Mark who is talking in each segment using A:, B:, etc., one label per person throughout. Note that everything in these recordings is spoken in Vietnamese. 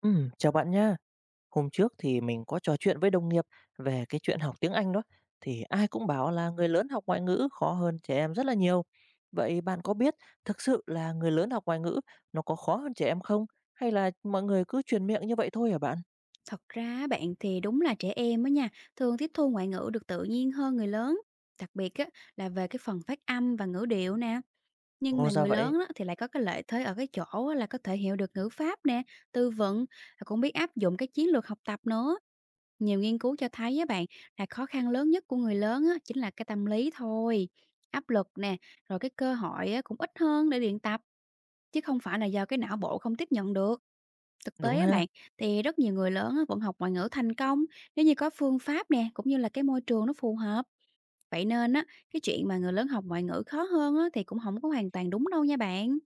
A: Chào bạn nha. Hôm trước thì mình có trò chuyện với đồng nghiệp về cái chuyện học tiếng Anh đó, thì ai cũng bảo là người lớn học ngoại ngữ khó hơn trẻ em rất là nhiều. Vậy bạn có biết thực sự là người lớn học ngoại ngữ nó có khó hơn trẻ em không? Hay là mọi người cứ truyền miệng như vậy thôi hả bạn?
B: Thật ra á bạn thì đúng là trẻ em á nha, thường tiếp thu ngoại ngữ được tự nhiên hơn người lớn, đặc biệt á là về cái phần phát âm và ngữ điệu nè. Nhưng
A: Ồ
B: mà
A: ra
B: người
A: vậy,
B: lớn á, thì lại có cái lợi thế ở cái chỗ á, là có thể hiểu được ngữ pháp nè, từ vựng, và cũng biết áp dụng cái chiến lược học tập nữa. Nhiều nghiên cứu cho thấy á bạn là khó khăn lớn nhất của người lớn á, chính là cái tâm lý thôi. Áp lực nè, rồi cái cơ hội á, cũng ít hơn để luyện tập, chứ không phải là do cái não bộ không tiếp nhận được. Thực
A: đúng
B: tế á
A: ha.
B: bạn, thì rất nhiều người lớn á vẫn học ngoại ngữ thành công nếu như có phương pháp nè, cũng như là cái môi trường nó phù hợp. Vậy nên á, cái chuyện mà người lớn học ngoại ngữ khó hơn á thì cũng không có hoàn toàn đúng đâu nha bạn.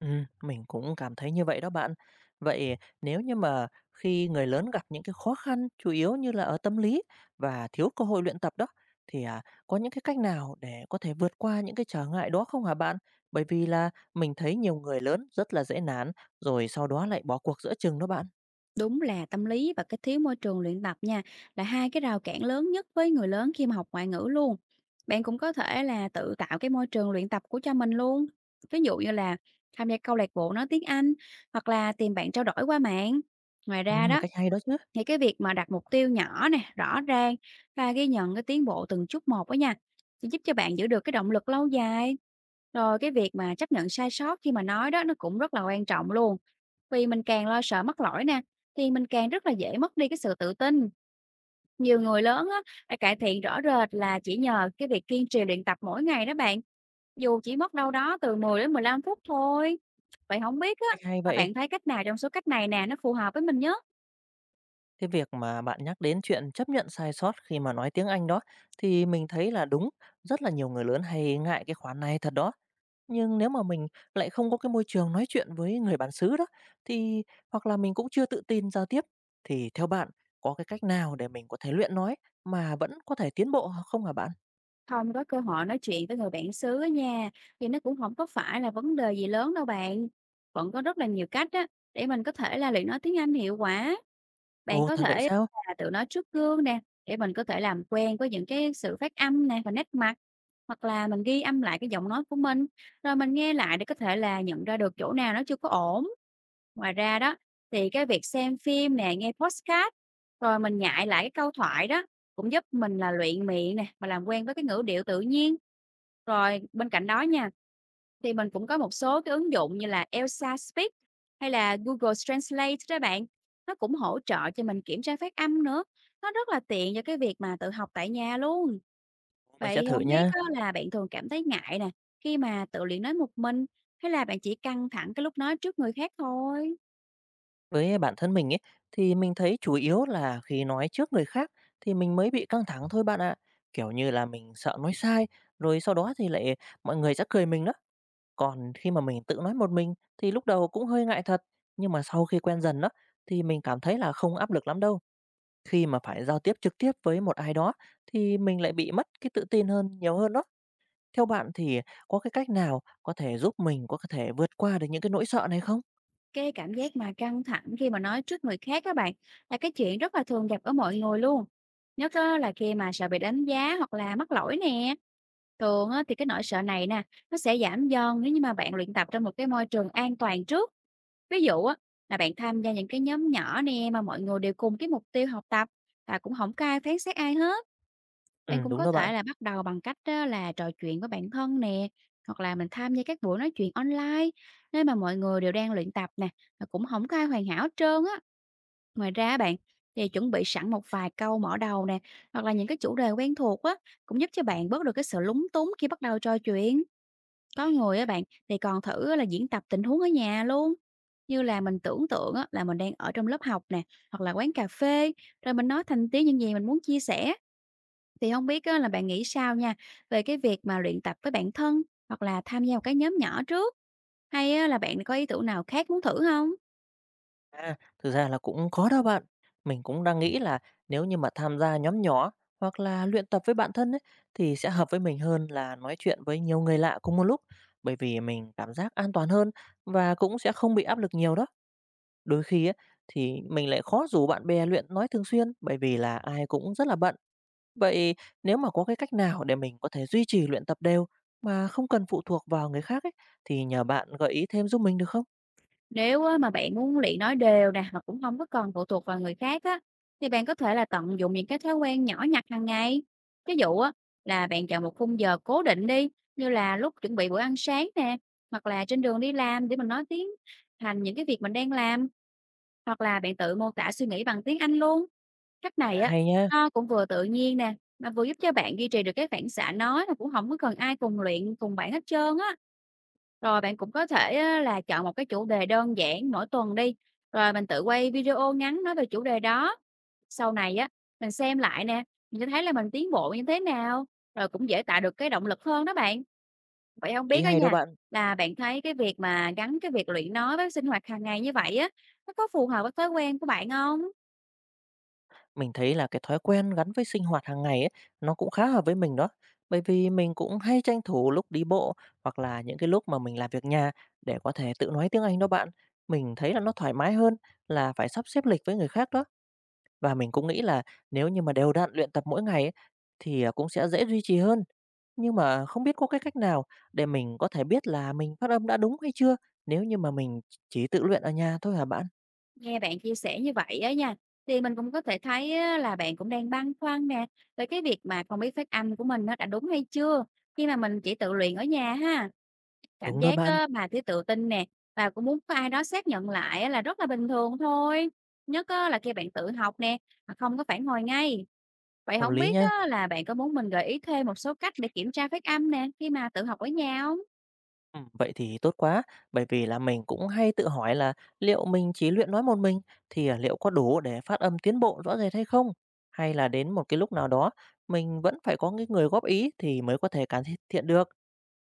A: Mình cũng cảm thấy như vậy đó bạn. Vậy nếu như mà khi người lớn gặp những cái khó khăn chủ yếu như là ở tâm lý và thiếu cơ hội luyện tập đó, thì, à, có những cái cách nào để có thể vượt qua những cái trở ngại đó không hả bạn? Bởi vì là mình thấy nhiều người lớn rất là dễ nản, rồi sau đó lại bỏ cuộc giữa chừng đó bạn.
B: Đúng là tâm lý và cái thiếu môi trường luyện tập nha, là hai cái rào cản lớn nhất với người lớn khi mà học ngoại ngữ luôn. Bạn cũng có thể là tự tạo cái môi trường luyện tập của cho mình luôn. Ví dụ như là tham gia câu lạc bộ nói tiếng Anh hoặc là tìm bạn trao đổi qua mạng. Ngoài ra đó,
A: Cách hay đó chứ,
B: thì cái việc mà đặt mục tiêu nhỏ nè, rõ ràng và ghi nhận cái tiến bộ từng chút một đó nha, sẽ giúp cho bạn giữ được cái động lực lâu dài. Rồi cái việc mà chấp nhận sai sót khi mà nói đó nó cũng rất là quan trọng luôn. Vì mình càng lo sợ mắc lỗi nè thì mình càng rất là dễ mất đi cái sự tự tin. Nhiều người lớn á, đã cải thiện rõ rệt là chỉ nhờ cái việc kiên trì luyện tập mỗi ngày đó bạn, dù chỉ mất đâu đó từ 10 đến 15 phút thôi. Vậy không biết á,
A: cách hay
B: là
A: vậy.
B: bạn thấy cách nào trong số cách này nè, nó phù hợp với mình nhất?
A: Cái việc mà bạn nhắc đến chuyện chấp nhận sai sót khi mà nói tiếng Anh đó, thì mình thấy là đúng, rất là nhiều người lớn hay ngại cái khoản này thật đó. Nhưng nếu mà mình lại không có cái môi trường nói chuyện với người bản xứ đó, thì hoặc là mình cũng chưa tự tin giao tiếp, thì theo bạn có cái cách nào để mình có thể luyện nói mà vẫn có thể tiến bộ không hả bạn?
B: Không có cơ hội nói chuyện với người bản xứ á nha, thì nó cũng không có phải là vấn đề gì lớn đâu bạn. Vẫn có rất là nhiều cách á, để mình có thể là luyện nói tiếng Anh hiệu quả. Bạn
A: Ồ,
B: có
A: thật vậy
B: thể
A: sao?
B: là tự nói trước gương nè, để mình có thể làm quen với những cái sự phát âm nè và nét mặt, hoặc là mình ghi âm lại cái giọng nói của mình, rồi mình nghe lại để có thể là nhận ra được chỗ nào nó chưa có ổn. Ngoài ra đó, thì cái việc xem phim nè, nghe podcast, rồi mình nhại lại cái câu thoại đó, cũng giúp mình là luyện miệng nè, và làm quen với cái ngữ điệu tự nhiên. Rồi bên cạnh đó nha, thì mình cũng có một số cái ứng dụng như là Elsa Speak hay là Google Translate đó bạn. Nó cũng hỗ trợ cho mình kiểm tra phát âm nữa. Nó rất là tiện cho cái việc mà tự học tại nhà luôn.
A: Mình
B: Vậy
A: sẽ
B: thì
A: thử
B: hông biết
A: nha.
B: á là bạn thường cảm thấy ngại nè, khi mà tự luyện nói một mình, hay là bạn chỉ căng thẳng cái lúc nói trước người khác thôi?
A: Với bản thân mình ấy, thì mình thấy chủ yếu là khi nói trước người khác thì mình mới bị căng thẳng thôi bạn ạ. Kiểu như là mình sợ nói sai, rồi sau đó thì lại mọi người sẽ cười mình đó. Còn khi mà mình tự nói một mình thì lúc đầu cũng hơi ngại thật, nhưng mà sau khi quen dần đó thì mình cảm thấy là không áp lực lắm đâu. Khi mà phải giao tiếp trực tiếp với một ai đó thì mình lại bị mất cái tự tin hơn nhiều hơn đó. Theo bạn thì có cái cách nào có thể giúp mình có thể vượt qua được những cái nỗi sợ này không?
B: Cái cảm giác mà căng thẳng khi mà nói trước người khác các bạn là cái chuyện rất là thường gặp ở mọi người luôn. Nhất á, là khi mà sợ bị đánh giá hoặc là mắc lỗi nè. Thường á, thì cái nỗi sợ này nè, nó sẽ giảm dần nếu như mà bạn luyện tập trong một cái môi trường an toàn trước. Ví dụ á, là bạn tham gia những cái nhóm nhỏ nè mà mọi người đều cùng cái mục tiêu học tập và cũng không có ai phán xét ai hết.
A: Ừ,
B: Bạn cũng
A: đúng
B: có
A: đó bạn.
B: thể là bắt đầu bằng cách á, là trò chuyện với bạn thân nè, hoặc là mình tham gia các buổi nói chuyện online nơi mà mọi người đều đang luyện tập nè, và cũng không có ai hoàn hảo hết trơn á. Ngoài ra á bạn thì chuẩn bị sẵn một vài câu mở đầu nè, hoặc là những cái chủ đề quen thuộc á cũng giúp cho bạn bớt được cái sự lúng túng khi bắt đầu trò chuyện. Có người á bạn thì còn thử á, là diễn tập tình huống ở nhà luôn. Như là mình tưởng tượng á, là mình đang ở trong lớp học nè, hoặc là quán cà phê, rồi mình nói thành tiếng những gì mình muốn chia sẻ. Thì không biết á là bạn nghĩ sao nha, về cái việc mà luyện tập với bản thân, hoặc là tham gia một cái nhóm nhỏ trước? Hay á là bạn có ý tưởng nào khác muốn thử không?
A: À, thực ra là cũng có đó bạn. Mình cũng đang nghĩ là nếu như mà tham gia nhóm nhỏ hoặc là luyện tập với bạn thân ấy, thì sẽ hợp với mình hơn là nói chuyện với nhiều người lạ cùng một lúc. Bởi vì mình cảm giác an toàn hơn và cũng sẽ không bị áp lực nhiều đó. Đôi khi ấy, thì mình lại khó rủ bạn bè luyện nói thường xuyên bởi vì là ai cũng rất là bận. Vậy nếu mà có cái cách nào để mình có thể duy trì luyện tập đều mà không cần phụ thuộc vào người khác ấy, thì nhờ bạn gợi ý thêm giúp mình được không?
B: Nếu á mà bạn muốn luyện nói đều nè, mà cũng không có còn phụ thuộc vào người khác á, thì bạn có thể là tận dụng những cái thói quen nhỏ nhặt hàng ngày. Ví dụ á, là bạn chọn một khung giờ cố định đi, như là lúc chuẩn bị bữa ăn sáng nè, hoặc là trên đường đi làm để mình nói tiếng thành những cái việc mình đang làm. Hoặc là bạn tự mô tả suy nghĩ bằng tiếng Anh luôn. Cách
A: À,
B: này á,
A: hay nha,
B: nó cũng vừa tự nhiên nè, mà vừa giúp cho bạn duy trì được cái phản xạ nói mà cũng không có cần ai cùng luyện cùng bạn hết trơn á. Rồi bạn cũng có thể á là chọn một cái chủ đề đơn giản mỗi tuần đi, rồi mình tự quay video ngắn nói về chủ đề đó. Sau này á, mình xem lại nè, mình sẽ thấy là mình tiến bộ như thế nào, rồi cũng dễ tạo được cái động lực hơn đó bạn. Vậy không
A: ý
B: biết á
A: hay đó
B: nha,
A: bạn.
B: là bạn thấy cái việc mà gắn cái việc luyện nói với sinh hoạt hàng ngày như vậy á, nó có phù hợp với thói quen của bạn không?
A: Mình thấy là cái thói quen gắn với sinh hoạt hàng ngày ấy, nó cũng khá hợp với mình đó. Bởi vì mình cũng hay tranh thủ lúc đi bộ hoặc là những cái lúc mà mình làm việc nhà để có thể tự nói tiếng Anh đó bạn. Mình thấy là nó thoải mái hơn là phải sắp xếp lịch với người khác đó. Và mình cũng nghĩ là nếu như mà đều đặn luyện tập mỗi ngày ấy, thì à, cũng sẽ dễ duy trì hơn. Nhưng mà không biết có cái cách nào để mình có thể biết là mình phát âm đã đúng hay chưa nếu như mà mình chỉ tự luyện ở nhà thôi hả bạn?
B: Nghe bạn chia sẻ như vậy á nha, thì mình cũng có thể thấy á, là bạn cũng đang băn khoăn nè, về cái việc mà không biết phát âm của mình nó đã đúng hay chưa, khi mà mình chỉ tự luyện ở nhà ha. Cảm
A: Đúng đó
B: giác
A: bạn,
B: á, mà thiếu tự tin nè, và cũng muốn có ai đó xác nhận lại á, là rất là bình thường thôi. Nhất á, là khi bạn tự học nè, mà không có phản hồi ngay. Vậy
A: hợp
B: không
A: lý
B: biết
A: nhá.
B: á, là bạn có muốn mình gợi ý thêm một số cách để kiểm tra phát âm nè, khi mà tự học ở nhà không?
A: Vậy thì tốt quá, bởi vì là mình cũng hay tự hỏi là liệu mình chỉ luyện nói một mình thì, à, liệu có đủ để phát âm tiến bộ rõ rệt hay không? Hay là đến một cái lúc nào đó mình vẫn phải có cái người góp ý thì mới có thể cải thiện được?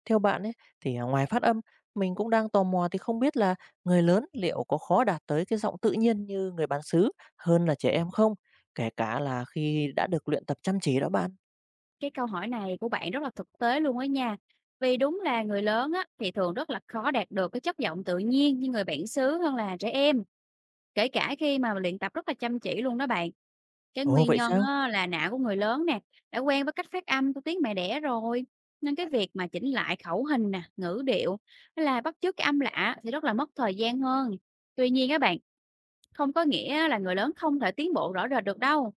A: Theo bạn ấy, thì, à, ngoài phát âm, mình cũng đang tò mò thì không biết là người lớn liệu có khó đạt tới cái giọng tự nhiên như người bản xứ hơn là trẻ em không? Kể cả là khi đã được luyện tập chăm chỉ đó bạn.
B: Cái câu hỏi này của bạn rất là thực tế luôn á nha. Vì đúng là người lớn á, thì thường rất là khó đạt được cái chất giọng tự nhiên như người bản xứ hơn là trẻ em, kể cả khi mà luyện tập rất là chăm chỉ luôn đó bạn. Cái
A: Ồ,
B: nguyên
A: vậy
B: nhân
A: sao?
B: á, là não của người lớn nè, đã quen với cách phát âm của tiếng mẹ đẻ rồi. Nên cái việc mà chỉnh lại khẩu hình nè, ngữ điệu hay là bắt chước cái âm lạ thì rất là mất thời gian hơn. Tuy nhiên các bạn không có nghĩa là người lớn không thể tiến bộ rõ rệt được đâu.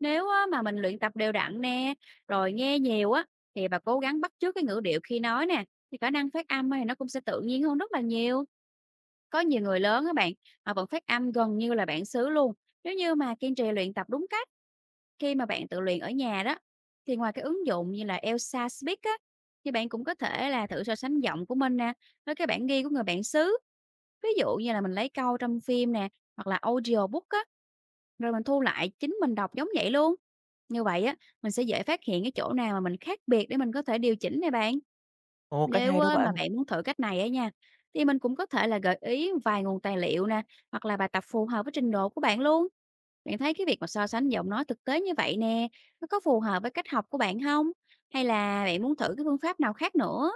B: Nếu á, mà mình luyện tập đều đặn nè, rồi nghe nhiều á, thì bà cố gắng bắt chước cái ngữ điệu khi nói nè, thì khả năng phát âm á, thì nó cũng sẽ tự nhiên hơn rất là nhiều. Có nhiều người lớn á bạn, họ vẫn phát âm gần như là bản xứ luôn, nếu như mà kiên trì luyện tập đúng cách. Khi mà bạn tự luyện ở nhà đó, thì ngoài cái ứng dụng như là Elsa Speak á, thì bạn cũng có thể là thử so sánh giọng của mình nè, với cái bản ghi của người bản xứ. Ví dụ như là mình lấy câu trong phim nè, hoặc là audiobook á, rồi mình thu lại chính mình đọc giống vậy luôn. Như vậy á, mình sẽ dễ phát hiện cái chỗ nào mà mình khác biệt để mình có thể điều chỉnh nè bạn.
A: Ồ, cách
B: Nếu
A: hay đó
B: mà
A: bạn.
B: bạn muốn thử cách này á nha, thì mình cũng có thể là gợi ý vài nguồn tài liệu nè hoặc là bài tập phù hợp với trình độ của bạn luôn. Bạn thấy cái việc mà so sánh giọng nói thực tế như vậy nè, nó có phù hợp với cách học của bạn không? Hay là bạn muốn thử cái phương pháp nào khác nữa?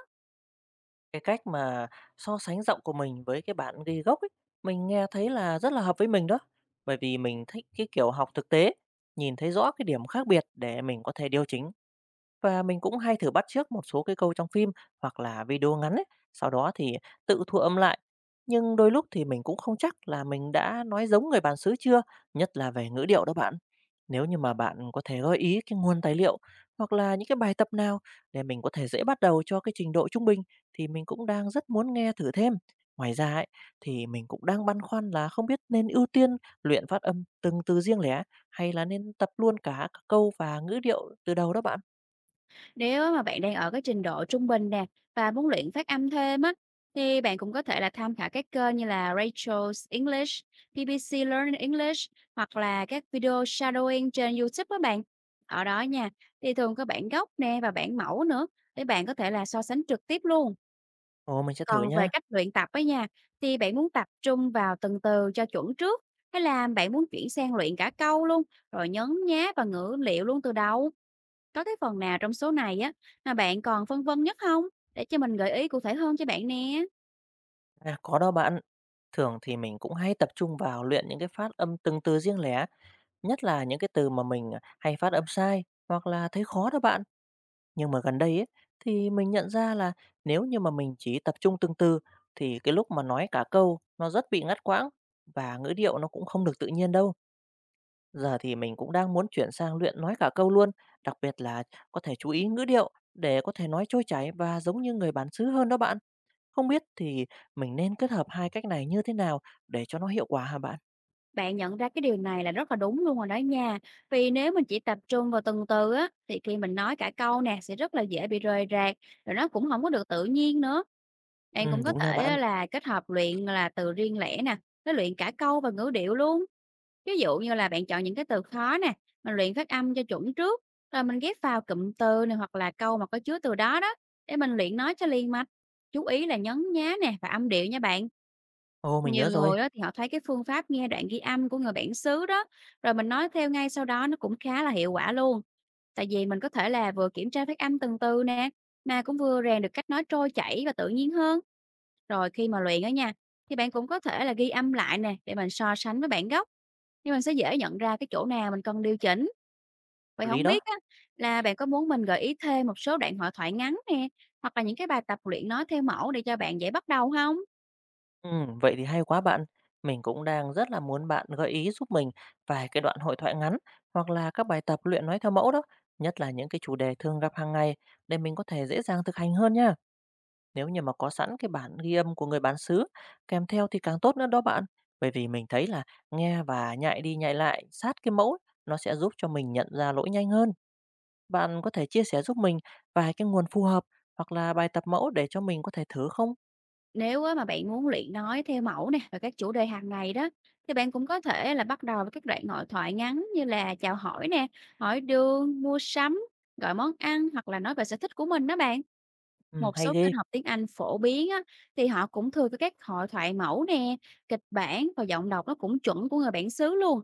A: Cái cách mà so sánh giọng của mình với cái bản ghi gốc ấy, mình nghe thấy là rất là hợp với mình đó. Bởi vì mình thích cái kiểu học thực tế, nhìn thấy rõ cái điểm khác biệt để mình có thể điều chỉnh và mình cũng hay thử bắt chước một số cái câu trong phim hoặc là video ngắn ấy, sau đó thì tự thu âm lại. Nhưng đôi lúc thì mình cũng không chắc là mình đã nói giống người bản xứ chưa, nhất là về ngữ điệu đó bạn. Nếu như mà bạn có thể gợi ý cái nguồn tài liệu hoặc là những cái bài tập nào để mình có thể dễ bắt đầu cho cái trình độ trung bình thì mình cũng đang rất muốn nghe thử thêm. Ngoài ra ấy, thì mình cũng đang băn khoăn là không biết nên ưu tiên luyện phát âm từng từ riêng lẻ hay là nên tập luôn cả các câu và ngữ điệu từ đầu đó bạn.
B: Nếu mà bạn đang ở cái trình độ trung bình nè và muốn luyện phát âm thêm á, thì bạn cũng có thể là tham khảo các kênh như là Rachel's English, BBC Learn English hoặc là các video shadowing trên YouTube đó bạn. Ở đó nha, thì thường có bản gốc nè và bản mẫu nữa để bạn có thể là so sánh trực tiếp luôn.
A: Ồ, mình sẽ thử
B: Còn về
A: nhá.
B: cách luyện tập á nha, thì bạn muốn tập trung vào từng từ cho chuẩn trước, hay là bạn muốn chuyển sang luyện cả câu luôn, rồi nhấn nhá và ngữ liệu luôn từ đầu? Có cái phần nào trong số này á mà bạn còn phân vân nhất không? Để cho mình gợi ý cụ thể hơn cho bạn nè.
A: À, có đó bạn. Thường thì mình cũng hay tập trung vào luyện những cái phát âm từng từ riêng lẻ, nhất là những cái từ mà mình à, hay phát âm sai hoặc là thấy khó đó bạn. Nhưng mà gần đây ấy, thì mình nhận ra là nếu như mà mình chỉ tập trung từng từ thì cái lúc mà nói cả câu nó rất bị ngắt quãng và ngữ điệu nó cũng không được tự nhiên đâu. Giờ thì mình cũng đang muốn chuyển sang luyện nói cả câu luôn, đặc biệt là có thể chú ý ngữ điệu để có thể nói trôi chảy và giống như người bản xứ hơn đó bạn. Không biết thì mình nên kết hợp hai cách này như thế nào để cho nó hiệu quả hả bạn?
B: Bạn nhận ra cái điều này là rất là đúng luôn rồi đó nha. Vì nếu mình chỉ tập trung vào từng từ á, thì khi mình nói cả câu nè sẽ rất là dễ bị rời rạc, rồi nó cũng không có được tự nhiên nữa. Bạn cũng có
A: Đúng nha
B: thể á
A: bạn.
B: là kết hợp luyện là từ riêng lẻ nè, nó luyện cả câu và ngữ điệu luôn. Ví dụ như là bạn chọn những cái từ khó nè, mình luyện phát âm cho chuẩn trước, rồi mình ghép vào cụm từ này hoặc là câu mà có chứa từ đó đó, để mình luyện nói cho liền mạch. Chú ý là nhấn nhá nè và âm điệu nha bạn.
A: Ồ, mình
B: Nhiều
A: nhớ rồi,
B: người á, thì họ thấy cái phương pháp nghe đoạn ghi âm của người bản xứ đó, rồi mình nói theo ngay sau đó nó cũng khá là hiệu quả luôn. Tại vì mình có thể là vừa kiểm tra phát âm từng từ nè, mà cũng vừa rèn được cách nói trôi chảy và tự nhiên hơn. Rồi khi mà luyện ở nha, thì bạn cũng có thể là ghi âm lại nè để mình so sánh với bản gốc. Thì mình sẽ dễ nhận ra cái chỗ nào mình cần điều chỉnh.
A: hợp
B: Vậy
A: lý
B: không
A: đó.
B: biết á, là bạn có muốn mình gợi ý thêm một số đoạn hội thoại ngắn nè, hoặc là những cái bài tập luyện nói theo mẫu để cho bạn dễ bắt đầu không?
A: Vậy thì hay quá bạn. Mình cũng đang rất là muốn bạn gợi ý giúp mình vài cái đoạn hội thoại ngắn hoặc là các bài tập luyện nói theo mẫu đó, nhất là những cái chủ đề thường gặp hàng ngày để mình có thể dễ dàng thực hành hơn nha. Nếu như mà có sẵn cái bản ghi âm của người bán xứ kèm theo thì càng tốt nữa đó bạn. Bởi vì mình thấy là nghe và nhại đi nhại lại sát cái mẫu nó sẽ giúp cho mình nhận ra lỗi nhanh hơn. Bạn có thể chia sẻ giúp mình vài cái nguồn phù hợp hoặc là bài tập mẫu để cho mình có thể thử không?
B: Nếu á mà bạn muốn luyện nói theo mẫu nè và các chủ đề hàng ngày đó thì bạn cũng có thể là bắt đầu với các đoạn hội thoại ngắn như là chào hỏi nè, hỏi đường, mua sắm, gọi món ăn hoặc là nói về sở thích của mình đó bạn.
A: Ừ,
B: Một
A: hay
B: số
A: thế.
B: kênh học tiếng Anh phổ biến á, thì họ cũng thường có các hội thoại mẫu nè, kịch bản và giọng đọc nó cũng chuẩn của người bản xứ luôn.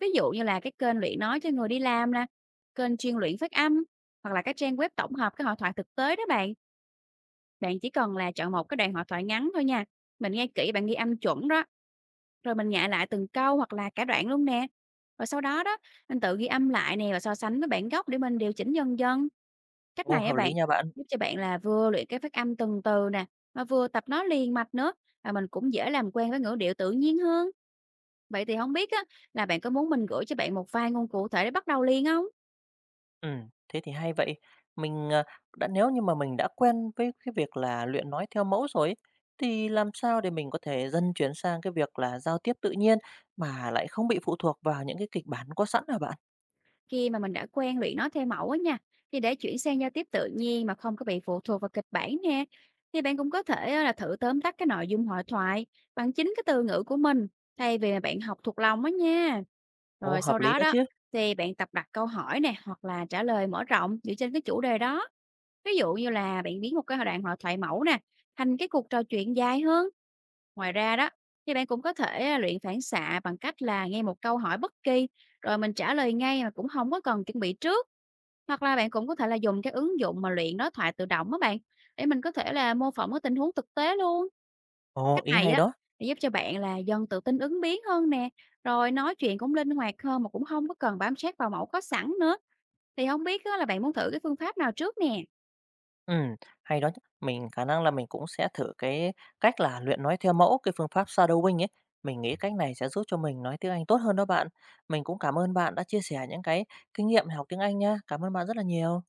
B: Ví dụ như là cái kênh luyện nói cho người đi làm nè, kênh chuyên luyện phát âm hoặc là các trang web tổng hợp cái hội thoại thực tế đó bạn, bạn chỉ cần là chọn một cái đoạn hội thoại ngắn thôi nha, mình nghe kỹ bạn ghi âm chuẩn đó, rồi mình nhại lại từng câu hoặc là cả đoạn luôn nè. Rồi sau đó đó, mình tự ghi âm lại nè và so sánh với bản gốc để mình điều chỉnh dần dần. Cách
A: Ồ,
B: này á
A: hợp lý
B: bạn,
A: nha bạn.
B: giúp cho bạn là vừa luyện cái phát âm từng từ nè, mà vừa tập nói liền mạch nữa, và mình cũng dễ làm quen với ngữ điệu tự nhiên hơn. Vậy thì không biết á, là bạn có muốn mình gửi cho bạn một vài ngôn cụ thể để bắt đầu liền không?
A: Ừ, thế thì hay vậy. Mình à, đã nếu như mà mình đã quen với cái việc là luyện nói theo mẫu rồi ấy, thì làm sao để mình có thể dần chuyển sang cái việc là giao tiếp tự nhiên mà lại không bị phụ thuộc vào những cái kịch bản có sẵn hả bạn?
B: Khi mà mình đã quen luyện nói theo mẫu á nha, thì để chuyển sang giao tiếp tự nhiên mà không có bị phụ thuộc vào kịch bản nè, thì bạn cũng có thể á là thử tóm tắt cái nội dung hội thoại bằng chính cái từ ngữ của mình, thay vì là bạn học thuộc lòng á nha.
A: Ồ,
B: Rồi
A: hợp
B: sau
A: lý
B: đó
A: đó
B: đó,
A: chứ.
B: thì bạn tập đặt câu hỏi nè, hoặc là trả lời mở rộng dựa trên cái chủ đề đó. Ví dụ như là bạn biến một cái đoạn hội thoại mẫu nè, thành cái cuộc trò chuyện dài hơn. Ngoài ra đó, thì bạn cũng có thể luyện phản xạ bằng cách là nghe một câu hỏi bất kỳ rồi mình trả lời ngay mà cũng không có cần chuẩn bị trước. Hoặc là bạn cũng có thể là dùng cái ứng dụng mà luyện đối thoại tự động đó bạn để mình có thể là mô phỏng cái tình huống thực tế luôn.
A: Ồ,
B: Cách
A: ý
B: này
A: hay
B: á
A: đó.
B: để giúp cho bạn là dần tự tin ứng biến hơn nè, rồi nói chuyện cũng linh hoạt hơn mà cũng không có cần bám sát vào mẫu có sẵn nữa. Thì không biết á, là bạn muốn thử cái phương pháp nào trước nè.
A: Ừm, hay đó chứ. Mình khả năng là mình cũng sẽ thử cái cách là luyện nói theo mẫu, cái phương pháp shadowing ấy. Mình nghĩ cách này sẽ giúp cho mình nói tiếng Anh tốt hơn đó bạn. Mình cũng cảm ơn bạn đã chia sẻ những cái kinh nghiệm học tiếng Anh nha. Cảm ơn bạn rất là nhiều.